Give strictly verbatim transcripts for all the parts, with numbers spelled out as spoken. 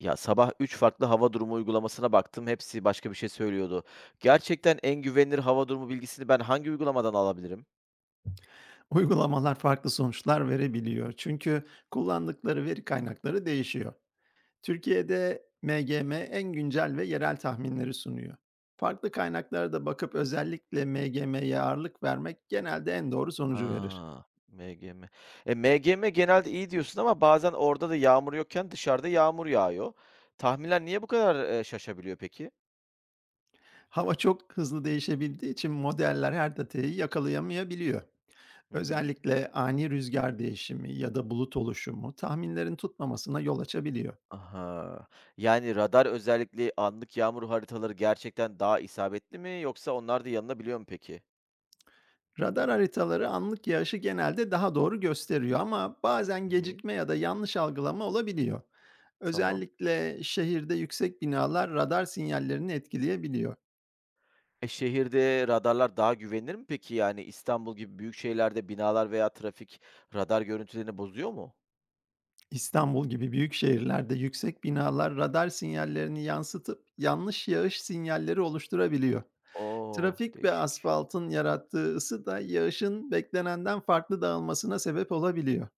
Ya, sabah üç farklı hava durumu uygulamasına baktım, hepsi başka bir şey söylüyordu. Gerçekten en güvenilir hava durumu bilgisini ben hangi uygulamadan alabilirim? Uygulamalar farklı sonuçlar verebiliyor. Çünkü kullandıkları veri kaynakları değişiyor. Türkiye'de M G M en güncel ve yerel tahminleri sunuyor. Farklı kaynaklara da bakıp özellikle M G M'ye ağırlık vermek genelde en doğru sonucu verir. A! M G M. E, M G M genelde iyi diyorsun ama bazen orada da yağmur yokken dışarıda yağmur yağıyor. Tahminler niye bu kadar, eee, şaşabiliyor peki? Hava çok hızlı değişebildiği için modeller her datayı yakalayamayabiliyor. Hı hı. Özellikle ani rüzgar değişimi ya da bulut oluşumu tahminlerin tutmamasına yol açabiliyor. Aha. Yani radar özellikle anlık yağmur haritaları gerçekten daha isabetli mi yoksa onlar da yanılabiliyor mu peki? Radar haritaları anlık yağışı genelde daha doğru gösteriyor ama bazen Hı hı. gecikme ya da yanlış algılama olabiliyor. Tamam. Özellikle şehirde yüksek binalar radar sinyallerini etkileyebiliyor. E, şehirde radarlar daha güvenilir mi peki? Yani İstanbul gibi büyük şehirlerde binalar veya trafik radar görüntülerini bozuyor mu? İstanbul gibi büyük şehirlerde yüksek binalar radar sinyallerini yansıtıp yanlış yağış sinyalleri oluşturabiliyor. O! Trafik ve Değişik. asfaltın yarattığı ısı da yağışın beklenenden farklı dağılmasına sebep olabiliyor.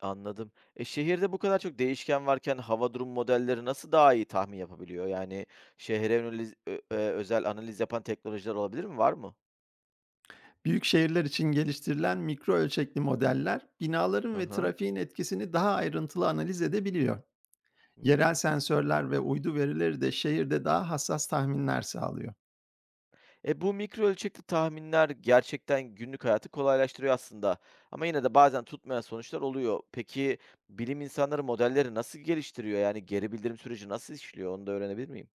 Anladım. E, şehirde bu kadar çok değişken varken hava durum modelleri nasıl daha iyi tahmin yapabiliyor? Yani şehre öneliz ö eee, özel analiz yapan teknolojiler olabilir mi? Var mı? Büyük şehirler için geliştirilen mikro ölçekli modeller binaların Hı ve hı. trafiğin etkisini daha ayrıntılı analiz edebiliyor. Yerel Hıı. sensörler ve uydu verileri de şehirde daha hassas tahminler sağlıyor. E, bu mikro ölçekli tahminler gerçekten günlük hayatı kolaylaştırıyor aslında. Ama yine de bazen tutmayan sonuçlar oluyor. Peki bilim insanları modelleri nasıl geliştiriyor? Yani geri bildirim süreci nasıl işliyor? Onu da öğrenebilir miyim?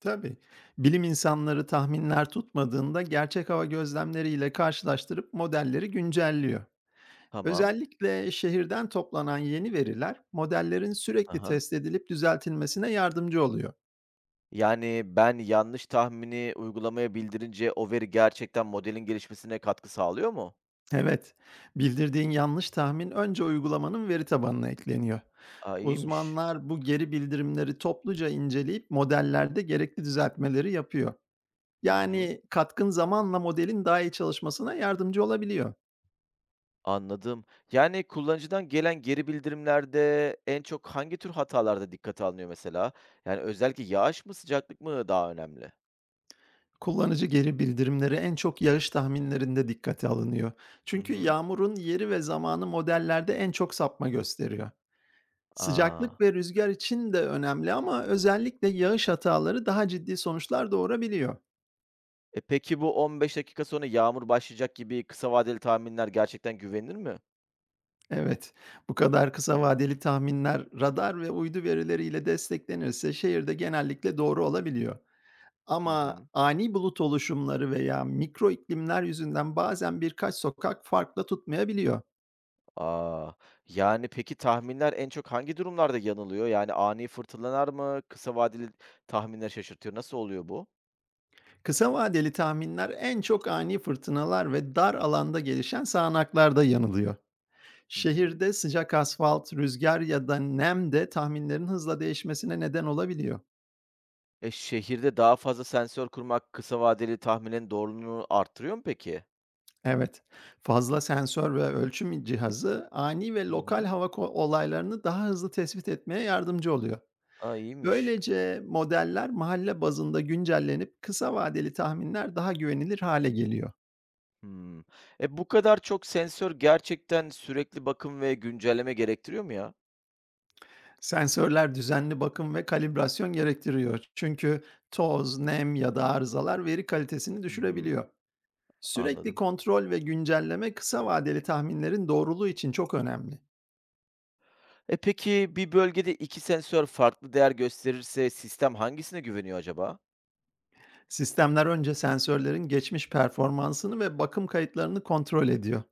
Tabii bilim insanları tahminler tutmadığında gerçek hava gözlemleriyle karşılaştırıp modelleri güncelliyor. Tamam. Özellikle şehirden toplanan yeni veriler modellerin sürekli Aha. test edilip düzeltilmesine yardımcı oluyor. Yani ben yanlış tahmini uygulamaya bildirince o veri gerçekten modelin gelişmesine katkı sağlıyor mu? Evet, bildirdiğin yanlış tahmin önce uygulamanın veri tabanına ekleniyor. Aa, iyiymiş. Uzmanlar bu geri bildirimleri topluca inceleyip modellerde gerekli düzeltmeleri yapıyor. Hı hı. Yani katkın zamanla modelin daha iyi çalışmasına yardımcı olabiliyor. Anladım. Yani kullanıcıdan gelen geri bildirimlerde en çok hangi tür hatalarda dikkate alınıyor mesela? Yani özellikle yağış mı, sıcaklık mı daha önemli? Kullanıcı geri bildirimleri en çok yağış tahminlerinde dikkate alınıyor. Hı Çünkü hı. yağmurun yeri ve zamanı modellerde en çok sapma gösteriyor. Aa. Sıcaklık ve rüzgar için de önemli ama özellikle yağış hataları daha ciddi sonuçlar doğurabiliyor. E, peki bu on beş dakika sonra yağmur başlayacak gibi kısa vadeli tahminler gerçekten güvenilir mi? Evet, bu kadar kısa vadeli tahminler radar ve uydu verileriyle desteklenirse şehirde genellikle doğru olabiliyor. Hı Ama hı. ani bulut oluşumları veya mikro iklimler yüzünden bazen birkaç sokak farklı tutmayabiliyor. Aa. Yani peki tahminler en çok hangi durumlarda yanılıyor? Yani ani fırtınalar mı, kısa vadeli tahminler şaşırtıyor? Nasıl oluyor bu? Kısa vadeli tahminler en çok ani fırtınalar ve dar alanda gelişen sağanaklarda yanılıyor. Hı hı. Şehirde sıcak asfalt, rüzgar ya da nem de tahminlerin hızla değişmesine neden olabiliyor. E, şehirde daha fazla sensör kurmak kısa vadeli tahminin doğruluğunu artırıyor mu peki? Evet, fazla sensör ve ölçüm cihazı ani ve Hı lokal hı. hava ko olaylarını daha hızlı tespit etmeye yardımcı oluyor. A, iyiymiş. Böylece modeller mahalle bazında güncellenip kısa vadeli tahminler daha güvenilir hale geliyor. Hımm. E, bu kadar çok sensör gerçekten sürekli bakım ve güncelleme gerektiriyor mu ya? Sensörler düzenli bakım ve kalibrasyon gerektiriyor. Çünkü toz, nem ya da arızalar veri kalitesini Hı hı. düşürebiliyor. Sürekli Anladım. kontrol ve güncelleme kısa vadeli tahminlerin doğruluğu için çok önemli. E, peki bir bölgede iki sensör farklı değer gösterirse sistem hangisine güveniyor acaba? Sistemler önce sensörlerin geçmiş performansını ve bakım kayıtlarını kontrol ediyor.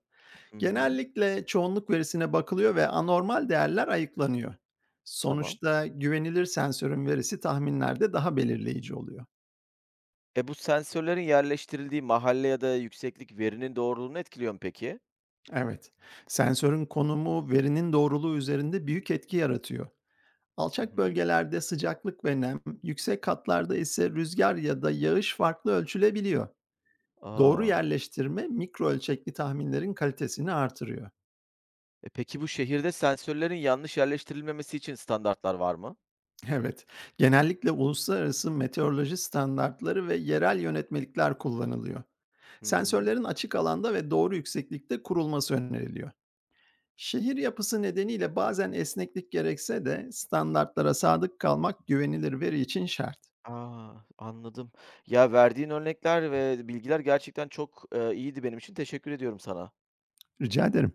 Hı hı. Genellikle çoğunluk verisine bakılıyor ve anormal değerler ayıklanıyor. Tamam. Sonuçta güvenilir sensörün verisi tahminlerde daha belirleyici oluyor. E, bu sensörlerin yerleştirildiği mahalle ya da yükseklik verinin doğruluğunu etkiliyor mu peki? Evet, sensörün konumu verinin doğruluğu üzerinde büyük etki yaratıyor. Hı Alçak hı. bölgelerde sıcaklık ve nem, yüksek katlarda ise rüzgar ya da yağış farklı ölçülebiliyor. Doğru A! yerleştirme mikro ölçekli tahminlerin kalitesini artırıyor. E, peki bu şehirde sensörlerin yanlış yerleştirilmemesi için standartlar var mı? Evet, genellikle uluslararası meteoroloji standartları ve yerel yönetmelikler kullanılıyor. Hı hı. Sensörlerin açık alanda ve doğru yükseklikte kurulması öneriliyor. Şehir yapısı nedeniyle bazen esneklik gerekse de standartlara sadık kalmak güvenilir veri için şart. A, anladım. Ya, verdiğin örnekler ve bilgiler gerçekten çok, eee, iyiydi benim için. Teşekkür ediyorum sana. Rica ederim.